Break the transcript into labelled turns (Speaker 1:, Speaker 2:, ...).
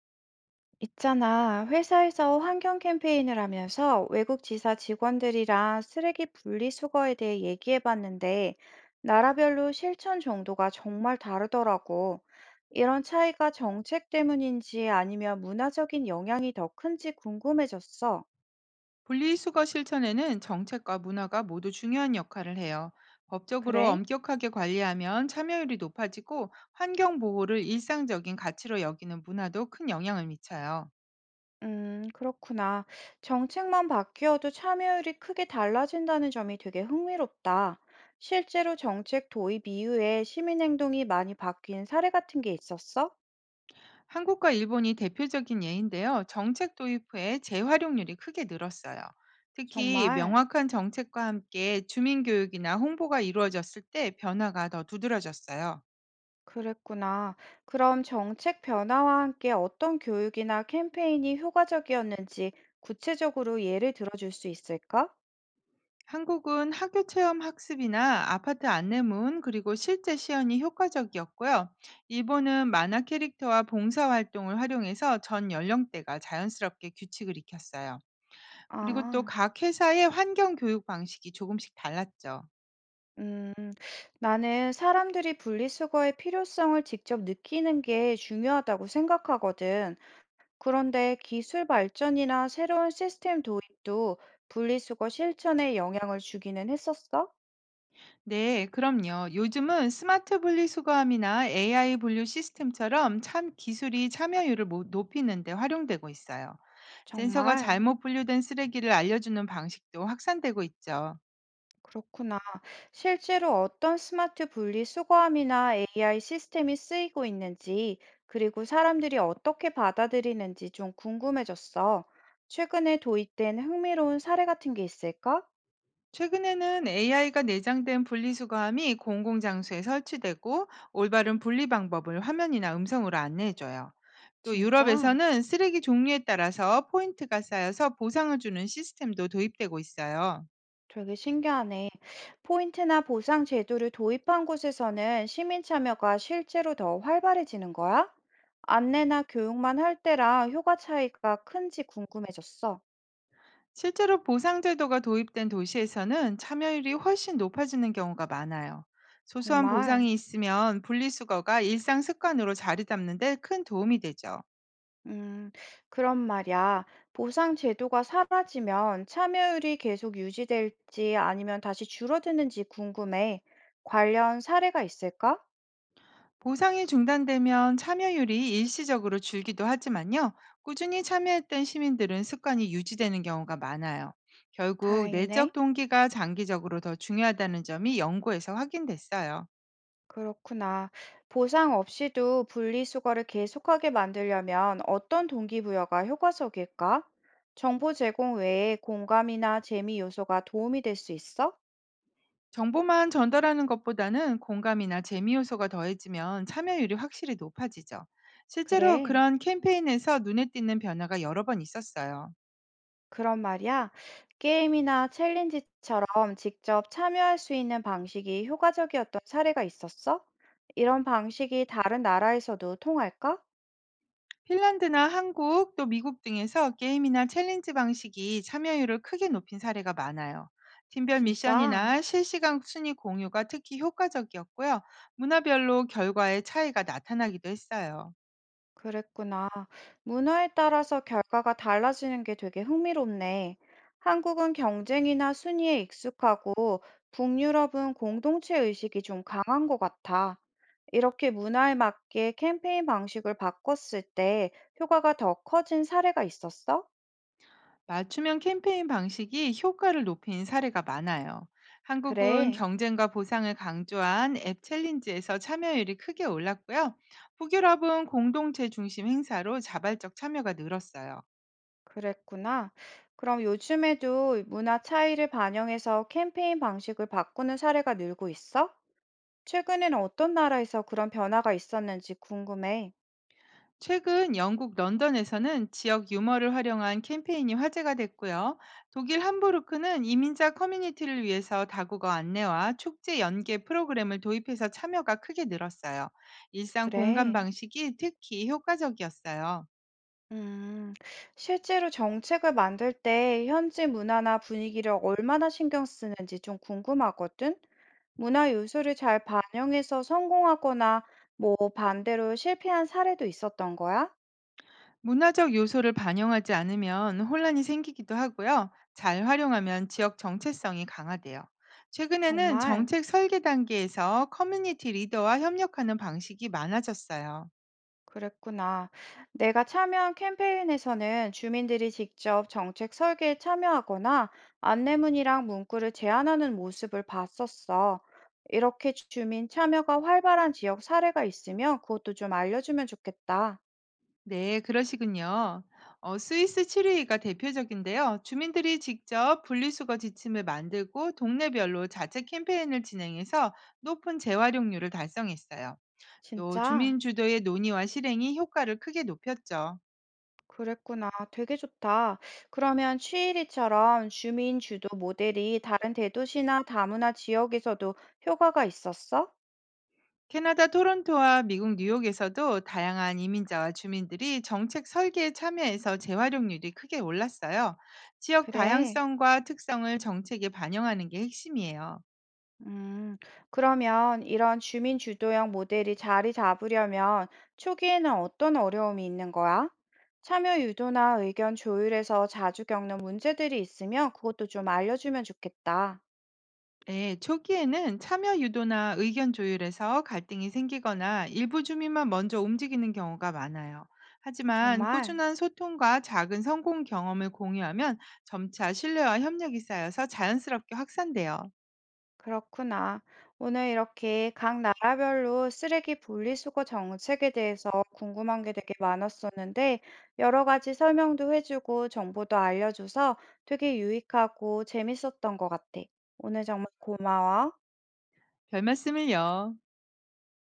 Speaker 1: 있잖아, 회사에서 환경 캠페인을 하면서 외국 지사 직원들이랑 쓰레기 분리수거에 대해 얘기해봤는데, 나라별로 실천 정도가 정말 다르더라고. 이런 차이가 정책 때문인지 아니면 문화적인 영향이 더 큰지 궁금해졌어.
Speaker 2: 분리수거 실천에는 정책과 문화가 모두 중요한 역할을 해요. 법적으로
Speaker 1: 그래?
Speaker 2: 엄격하게 관리하면 참여율이 높아지고 환경 보호를 일상적인 가치로 여기는 문화도 큰 영향을 미쳐요.
Speaker 1: 그렇구나. 정책만 바뀌어도 참여율이 크게 달라진다는 점이 되게 흥미롭다. 실제로 정책 도입 이후에 시민 행동이 많이 바뀐 사례 같은 게 있었어?
Speaker 2: 한국과 일본이 대표적인 예인데요. 정책 도입 후에 재활용률이 크게 늘었어요. 특히
Speaker 1: 정말
Speaker 2: 명확한 정책과 함께 주민 교육이나 홍보가 이루어졌을 때 변화가 더 두드러졌어요.
Speaker 1: 그랬구나. 그럼 정책 변화와 함께 어떤 교육이나 캠페인이 효과적이었는지 구체적으로 예를 들어줄 수 있을까?
Speaker 2: 한국은 학교 체험 학습이나 아파트 안내문 그리고 실제 시연이 효과적이었고요. 일본은 만화 캐릭터와 봉사활동을 활용해서 전 연령대가 자연스럽게 규칙을 익혔어요. 그리고 또
Speaker 1: 아,
Speaker 2: 각 회사의 환경 교육 방식이 조금씩 달랐죠.
Speaker 1: 음, 나는 사람들이 분리수거의 필요성을 직접 느끼는 게 중요하다고 생각하거든. 그런데 기술 발전이나 새로운 시스템 도입도 분리수거 실천에 영향을 주기는 했었어?
Speaker 2: 네, 그럼요. 요즘은 스마트 분리수거함이나 AI 분류 시스템처럼 참 기술이 참여율을 높이는 데 활용되고 있어요. 센서가
Speaker 1: 정말
Speaker 2: 잘못 분류된 쓰레기를 알려주는 방식도 확산되고 있죠.
Speaker 1: 그렇구나. 실제로 어떤 스마트 분리 수거함이나 AI 시스템이 쓰이고 있는지, 그리고 사람들이 어떻게 받아들이는지 좀 궁금해졌어. 최근에 도입된 흥미로운 사례 같은 게 있을까?
Speaker 2: 최근에는 AI가 내장된 분리수거함이 공공장소에 설치되고 올바른 분리 방법을 화면이나 음성으로 안내해줘요. 또
Speaker 1: 진짜?
Speaker 2: 유럽에서는 쓰레기 종류에 따라서 포인트가 쌓여서 보상을 주는 시스템도 도입되고 있어요.
Speaker 1: 되게 신기하네. 포인트나 보상 제도를 도입한 곳에서는 시민 참여가 실제로 더 활발해지는 거야? 안내나 교육만 할 때랑 효과 차이가 큰지 궁금해졌어.
Speaker 2: 실제로 보상제도가 도입된 도시에서는 참여율이 훨씬 높아지는 경우가 많아요. 소소한
Speaker 1: 정말.
Speaker 2: 보상이 있으면 분리수거가 일상 습관으로 자리 잡는 데 큰 도움이 되죠.
Speaker 1: 음, 그런 말이야. 보상 제도가 사라지면 참여율이 계속 유지될지 아니면 다시 줄어드는지 궁금해. 관련 사례가 있을까?
Speaker 2: 보상이 중단되면 참여율이 일시적으로 줄기도 하지만요. 꾸준히 참여했던 시민들은 습관이 유지되는 경우가 많아요. 결국 내적
Speaker 1: 다행이네.
Speaker 2: 동기가 장기적으로 더 중요하다는 점이 연구에서 확인됐어요.
Speaker 1: 그렇구나. 보상 없이도 분리수거를 계속하게 만들려면 어떤 동기부여가 효과적일까? 정보 제공 외에 공감이나 재미 요소가 도움이 될 수 있어?
Speaker 2: 정보만 전달하는 것보다는 공감이나 재미 요소가 더해지면 참여율이 확실히 높아지죠. 실제로
Speaker 1: 그래.
Speaker 2: 그런 캠페인에서 눈에 띄는 변화가 여러 번 있었어요.
Speaker 1: 그런 말이야. 게임이나 챌린지처럼 직접 참여할 수 있는 방식이 효과적이었던 사례가 있었어? 이런 방식이 다른 나라에서도 통할까?
Speaker 2: 핀란드나 한국 또 미국 등에서 게임이나 챌린지 방식이 참여율을 크게 높인 사례가 많아요. 팀별
Speaker 1: 진짜?
Speaker 2: 미션이나 실시간 순위 공유가 특히 효과적이었고요. 문화별로 결과의 차이가 나타나기도 했어요.
Speaker 1: 그랬구나. 문화에 따라서 결과가 달라지는 게 되게 흥미롭네. 한국은 경쟁이나 순위에 익숙하고 북유럽은 공동체 의식이 좀 강한 것 같아. 이렇게 문화에 맞게 캠페인 방식을 바꿨을 때 효과가 더 커진 사례가 있었어?
Speaker 2: 맞춤형 캠페인 방식이 효과를 높인 사례가 많아요. 한국은
Speaker 1: 그래,
Speaker 2: 경쟁과 보상을 강조한 앱 챌린지에서 참여율이 크게 올랐고요. 북유럽은 공동체 중심 행사로 자발적 참여가 늘었어요.
Speaker 1: 그랬구나. 그럼 요즘에도 문화 차이를 반영해서 캠페인 방식을 바꾸는 사례가 늘고 있어? 최근에는 어떤 나라에서 그런 변화가 있었는지 궁금해.
Speaker 2: 최근 영국 런던에서는 지역 유머를 활용한 캠페인이 화제가 됐고요. 독일 함부르크는 이민자 커뮤니티를 위해서 다국어 안내와 축제 연계 프로그램을 도입해서 참여가 크게 늘었어요. 일상 공감
Speaker 1: 그래.
Speaker 2: 방식이 특히 효과적이었어요.
Speaker 1: 음, 실제로 정책을 만들 때 현지 문화나 분위기를 얼마나 신경 쓰는지 좀 궁금하거든? 문화 요소를 잘 반영해서 성공하거나 뭐 반대로 실패한 사례도 있었던 거야?
Speaker 2: 문화적 요소를 반영하지 않으면 혼란이 생기기도 하고요. 잘 활용하면 지역 정체성이 강화돼요. 최근에는
Speaker 1: 정말.
Speaker 2: 정책 설계 단계에서 커뮤니티 리더와 협력하는 방식이 많아졌어요.
Speaker 1: 그랬구나. 내가 참여한 캠페인에서는 주민들이 직접 정책 설계에 참여하거나 안내문이랑 문구를 제안하는 모습을 봤었어. 이렇게 주민 참여가 활발한 지역 사례가 있으면 그것도 좀 알려주면 좋겠다.
Speaker 2: 네, 그러시군요. 스위스 칠르가 대표적인데요. 주민들이 직접 분리수거 지침을 만들고 동네별로 자체 캠페인을 진행해서 높은 재활용률을 달성했어요. 또
Speaker 1: 진짜?
Speaker 2: 주민 주도의 논의와 실행이 효과를 크게 높였죠.
Speaker 1: 그랬구나. 되게 좋다. 그러면 취일이처럼 주민 주도 모델이 다른 대도시나 다문화 지역에서도 효과가 있었어?
Speaker 2: 캐나다 토론토와 미국 뉴욕에서도 다양한 이민자와 주민들이 정책 설계에 참여해서 재활용률이 크게 올랐어요. 지역
Speaker 1: 그래.
Speaker 2: 다양성과 특성을 정책에 반영하는 게 핵심이에요.
Speaker 1: 음, 그러면 이런 주민 주도형 모델이 자리 잡으려면 초기에는 어떤 어려움이 있는 거야? 참여 유도나 의견 조율에서 자주 겪는 문제들이 있으면 그것도 좀 알려주면 좋겠다.
Speaker 2: 네, 초기에는 참여 유도나 의견 조율에서 갈등이 생기거나 일부 주민만 먼저 움직이는 경우가 많아요. 하지만
Speaker 1: 정말
Speaker 2: 꾸준한 소통과 작은 성공 경험을 공유하면 점차 신뢰와 협력이 쌓여서 자연스럽게 확산돼요.
Speaker 1: 그렇구나. 오늘 이렇게 각 나라별로 쓰레기 분리수거 정책에 대해서 궁금한 게 되게 많았었는데 여러 가지 설명도 해주고 정보도 알려줘서 되게 유익하고 재밌었던 것 같아. 오늘 정말 고마워.
Speaker 2: 별 말씀을요.